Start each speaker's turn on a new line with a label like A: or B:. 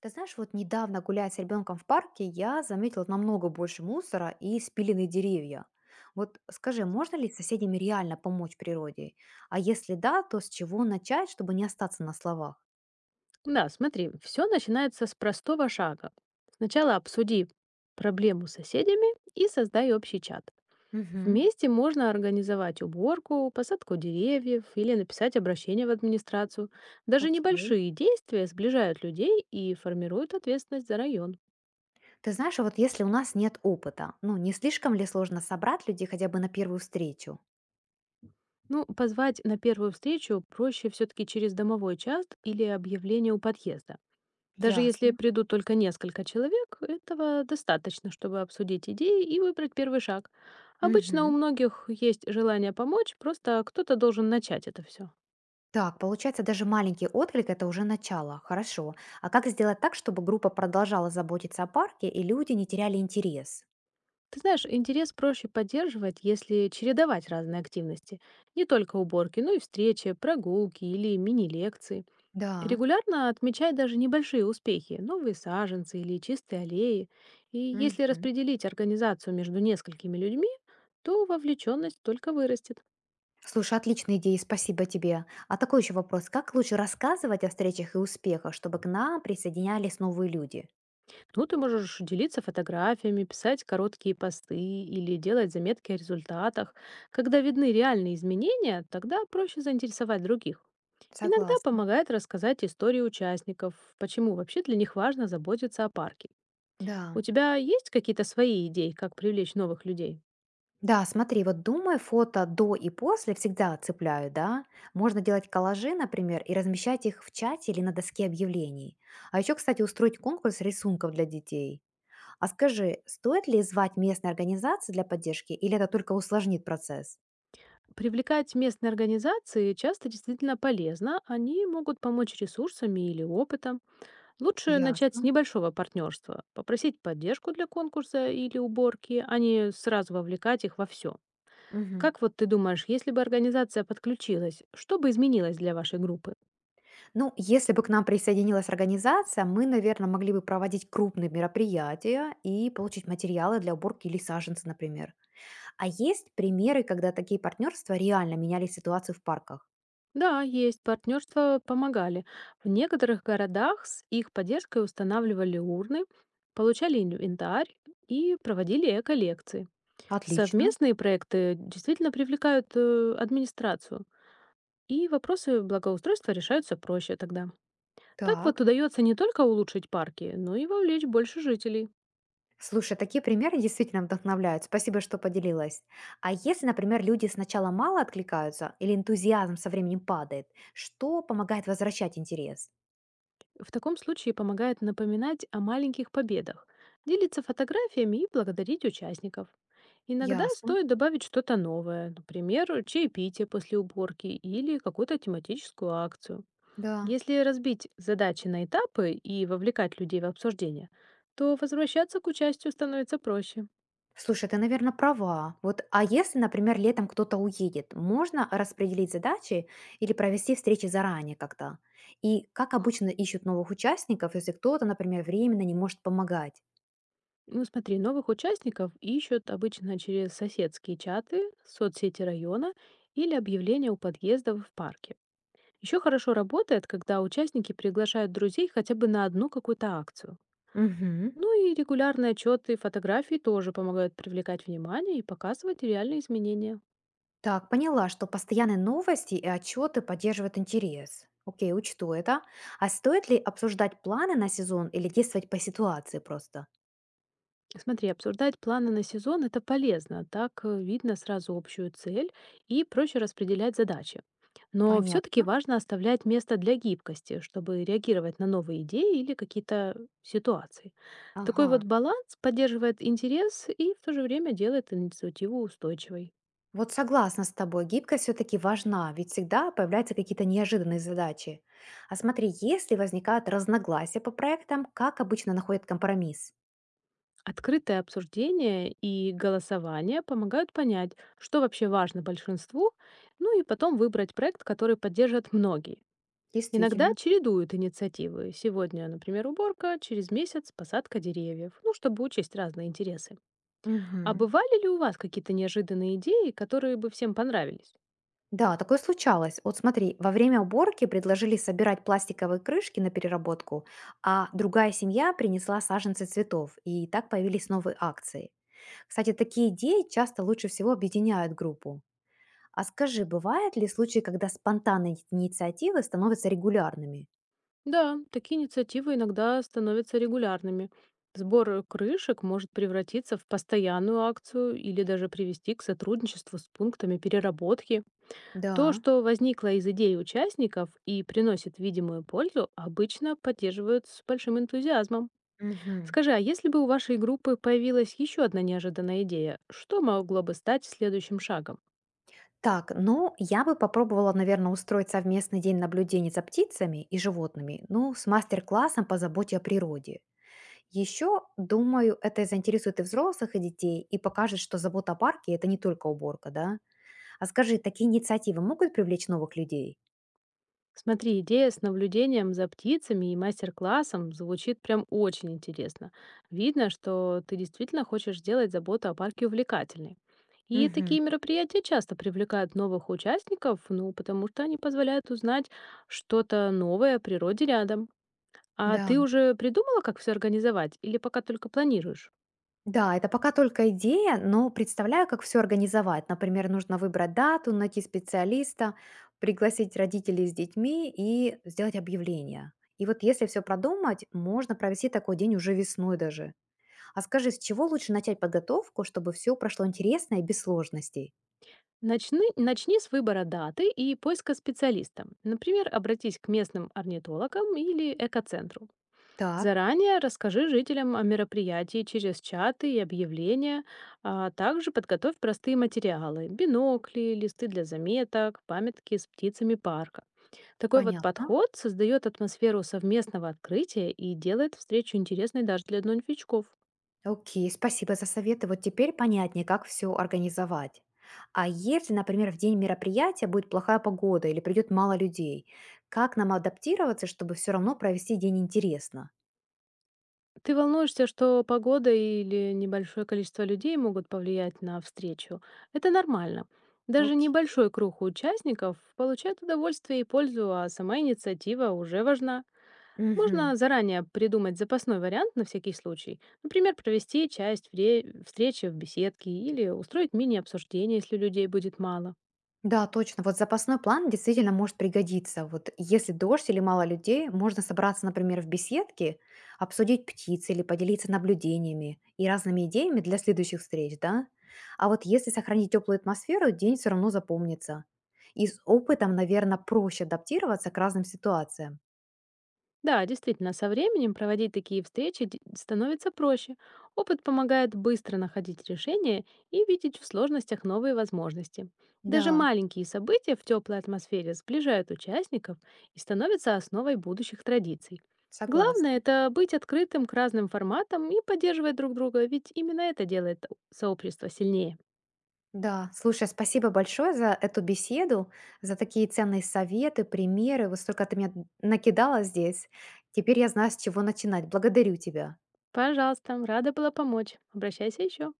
A: Ты знаешь, вот недавно гуляя с ребенком в парке, я заметила намного больше мусора и спиленные деревья. Вот скажи, можно ли с соседями реально помочь природе? А если да, то с чего начать, чтобы не остаться на словах?
B: Да, смотри, все начинается с простого шага. Сначала обсуди проблему с соседями и создай общий чат.
A: Мгм.
B: Вместе можно организовать уборку, посадку деревьев или написать обращение в администрацию. Даже
A: Окей.
B: небольшие действия сближают людей и формируют ответственность за район.
A: Ты знаешь, а вот если у нас нет опыта, ну не слишком ли сложно собрать людей хотя бы на первую встречу?
B: Ну, позвать на первую встречу проще все-таки через домовой чат или объявление у подъезда. Даже если
A: Ясно.
B: придут только несколько человек, этого достаточно, чтобы обсудить идеи и выбрать первый шаг. Обычно у
A: Мгм.
B: многих есть желание помочь, просто кто-то должен начать это все.
A: Так, получается, даже маленький отклик– это уже начало. Хорошо. А как сделать так, чтобы группа продолжала заботиться о парке и люди не теряли интерес?
B: Ты знаешь, интерес проще поддерживать, если чередовать разные активности. Не только уборки, но и встречи, прогулки или мини-лекции.
A: Да.
B: Регулярно отмечай даже небольшие успехи, новые саженцы или чистые аллеи. И если
A: Мгм.
B: распределить организацию между несколькими людьми, то вовлеченность только вырастет.
A: Слушай, отличная идея, спасибо тебе. А такой еще вопрос. Как лучше рассказывать о встречах и успехах, чтобы к нам присоединялись новые люди?
B: Ну, ты можешь делиться фотографиями, писать короткие посты или делать заметки о результатах. Когда видны реальные изменения, тогда проще заинтересовать других. Иногда
A: Согласна.
B: помогает рассказать истории участников, почему вообще для них важно заботиться о парке.
A: Да.
B: У тебя есть какие-то свои идеи, как привлечь новых людей?
A: Да, смотри, вот думай, фото до и после всегда цепляют, да? Можно делать коллажи, например, и размещать их в чате или на доске объявлений. А еще, кстати, устроить конкурс рисунков для детей. А скажи, стоит ли звать местные организации для поддержки, или это только усложнит процесс?
B: Привлекать местные организации часто действительно полезно, они могут помочь ресурсами или опытом. Лучше начать с
A: Ясно.
B: небольшого партнерства, попросить поддержку для конкурса или уборки, а не сразу вовлекать их во все.
A: Мгм.
B: Как вот ты думаешь, если бы организация подключилась, что бы изменилось для вашей группы?
A: Ну, если бы к нам присоединилась организация, мы, наверное, могли бы проводить крупные мероприятия и получить материалы для уборки или саженцы, например. А есть примеры, когда такие партнерства реально меняли ситуацию в парках?
B: Да, есть, партнерства помогали. В некоторых городах с их поддержкой устанавливали урны, получали инвентарь и проводили эко-лекции.
A: Отлично.
B: Совместные проекты действительно привлекают администрацию, и вопросы благоустройства решаются проще тогда. Так вот
A: Так.
B: удается не только улучшить парки, но и вовлечь больше жителей.
A: Слушай, такие примеры действительно вдохновляют. Спасибо, что поделилась. А если, например, люди сначала мало откликаются или энтузиазм со временем падает, что помогает возвращать интерес?
B: В таком случае помогает напоминать о маленьких победах, делиться фотографиями и благодарить участников. Иногда
A: Ясно,
B: стоит добавить что-то новое, например, чаепитие после уборки или какую-то тематическую акцию.
A: да.
B: Если разбить задачи на этапы и вовлекать людей в обсуждение, то возвращаться к участию становится проще.
A: Слушай, ты, наверное, права. Вот, а если, например, летом кто-то уедет, можно распределить задачи или провести встречи заранее как-то? И как обычно ищут новых участников, если кто-то, например, временно не может помогать?
B: Ну, смотри, новых участников ищут обычно через соседские чаты, соцсети района или объявления у подъездов в парке. Еще хорошо работает, когда участники приглашают друзей хотя бы на одну какую-то акцию.
A: Мгм.
B: Ну и регулярные отчеты и фотографии тоже помогают привлекать внимание и показывать реальные изменения.
A: Так, поняла, что постоянные новости и отчеты поддерживают интерес. Окей, учту это. А стоит ли обсуждать планы на сезон или действовать по ситуации просто?
B: Смотри, обсуждать планы на сезон – это полезно, так видно сразу общую цель и проще распределять задачи. Но все-таки
A: Понятно.
B: важно оставлять место для гибкости, чтобы реагировать на новые идеи или какие-то ситуации. Такой
A: Ага.
B: вот баланс поддерживает интерес и в то же время делает инициативу устойчивой.
A: Вот согласна с тобой, гибкость все-таки важна, ведь всегда появляются какие-то неожиданные задачи. А смотри, если возникают разногласия по проектам, как обычно находят компромисс?
B: Открытое обсуждение и голосование помогают понять, что вообще важно большинству, ну и потом выбрать проект, который поддержат многие. Иногда
A: Действительно.
B: чередуют инициативы. Сегодня, например, уборка, через месяц посадка деревьев, ну, чтобы учесть разные интересы. А
A: Мгм.
B: бывали ли у вас какие-то неожиданные идеи, которые бы всем понравились?
A: Да, такое случалось. Вот смотри, во время уборки предложили собирать пластиковые крышки на переработку, а другая семья принесла саженцы цветов, и так появились новые акции. Кстати, такие идеи часто лучше всего объединяют группу. А скажи, бывают ли случаи, когда спонтанные инициативы становятся регулярными?
B: Да, такие инициативы иногда становятся регулярными. Сбор крышек может превратиться в постоянную акцию или даже привести к сотрудничеству с пунктами переработки. То,
A: Да.
B: что возникло из идей участников и приносит видимую пользу, обычно поддерживают с большим энтузиазмом.
A: Мгм.
B: Скажи, а если бы у вашей группы появилась еще одна неожиданная идея, что могло бы стать следующим шагом?
A: Так, ну, я бы попробовала, наверное, устроить совместный день наблюдений за птицами и животными, ну, с мастер-классом по заботе о природе. Еще, думаю, это заинтересует и взрослых, и детей, и покажет, что забота о парке– это не только уборка, да? А скажи, такие инициативы могут привлечь новых людей?
B: Смотри, идея с наблюдением за птицами и мастер-классом звучит прям очень интересно. Видно, что ты действительно хочешь сделать заботу о парке увлекательной. И
A: Мгм.
B: такие мероприятия часто привлекают новых участников, ну, потому что они позволяют узнать что-то новое о природе рядом. А
A: Да.
B: ты уже придумала, как все организовать, или пока только планируешь?
A: Да, это пока только идея, но представляю, как все организовать. Например, нужно выбрать дату, найти специалиста, пригласить родителей с детьми и сделать объявление. И вот если все продумать, можно провести такой день уже весной даже. А скажи, с чего лучше начать подготовку, чтобы все прошло интересно и без сложностей?
B: Начни с выбора даты и поиска специалиста. Например, обратись к местным орнитологам или экоцентру.
A: Так,
B: Заранее расскажи жителям о мероприятии через чаты и объявления, а также подготовь простые материалы – бинокли, листы для заметок, памятки с птицами парка. Такой вот
A: понятно.
B: подход создает атмосферу совместного открытия и делает встречу интересной даже для новичков.
A: Окей, спасибо за советы. Вот теперь понятнее, как все организовать. А если, например, в день мероприятия будет плохая погода или придет мало людей, как нам адаптироваться, чтобы все равно провести день интересно?
B: Ты волнуешься, что погода или небольшое количество людей могут повлиять на встречу. Это нормально. Даже
A: Окей.
B: небольшой круг участников получает удовольствие и пользу, а сама инициатива уже важна.
A: Мгм.
B: Можно заранее придумать запасной вариант на всякий случай. Например, провести часть встречи в беседке или устроить мини-обсуждение, если людей будет мало.
A: Да, точно. Вот запасной план действительно может пригодиться. Вот если дождь или мало людей, можно собраться, например, в беседке, обсудить птиц или поделиться наблюдениями и разными идеями для следующих встреч, да? А вот если сохранить теплую атмосферу, день все равно запомнится. И с опытом, наверное, проще адаптироваться к разным ситуациям.
B: Да, действительно, со временем проводить такие встречи становится проще. Опыт помогает быстро находить решения и видеть в сложностях новые возможности. Даже
A: Да,
B: маленькие события в теплой атмосфере сближают участников и становятся основой будущих традиций. Главное –
A: согласна.
B: это быть открытым к разным форматам и поддерживать друг друга, ведь именно это делает сообщество сильнее.
A: Да, слушай, спасибо большое за эту беседу, за такие ценные советы, примеры. Вот столько ты меня накидала здесь. Теперь я знаю, с чего начинать. Благодарю тебя.
B: Пожалуйста, рада была помочь. Обращайся еще.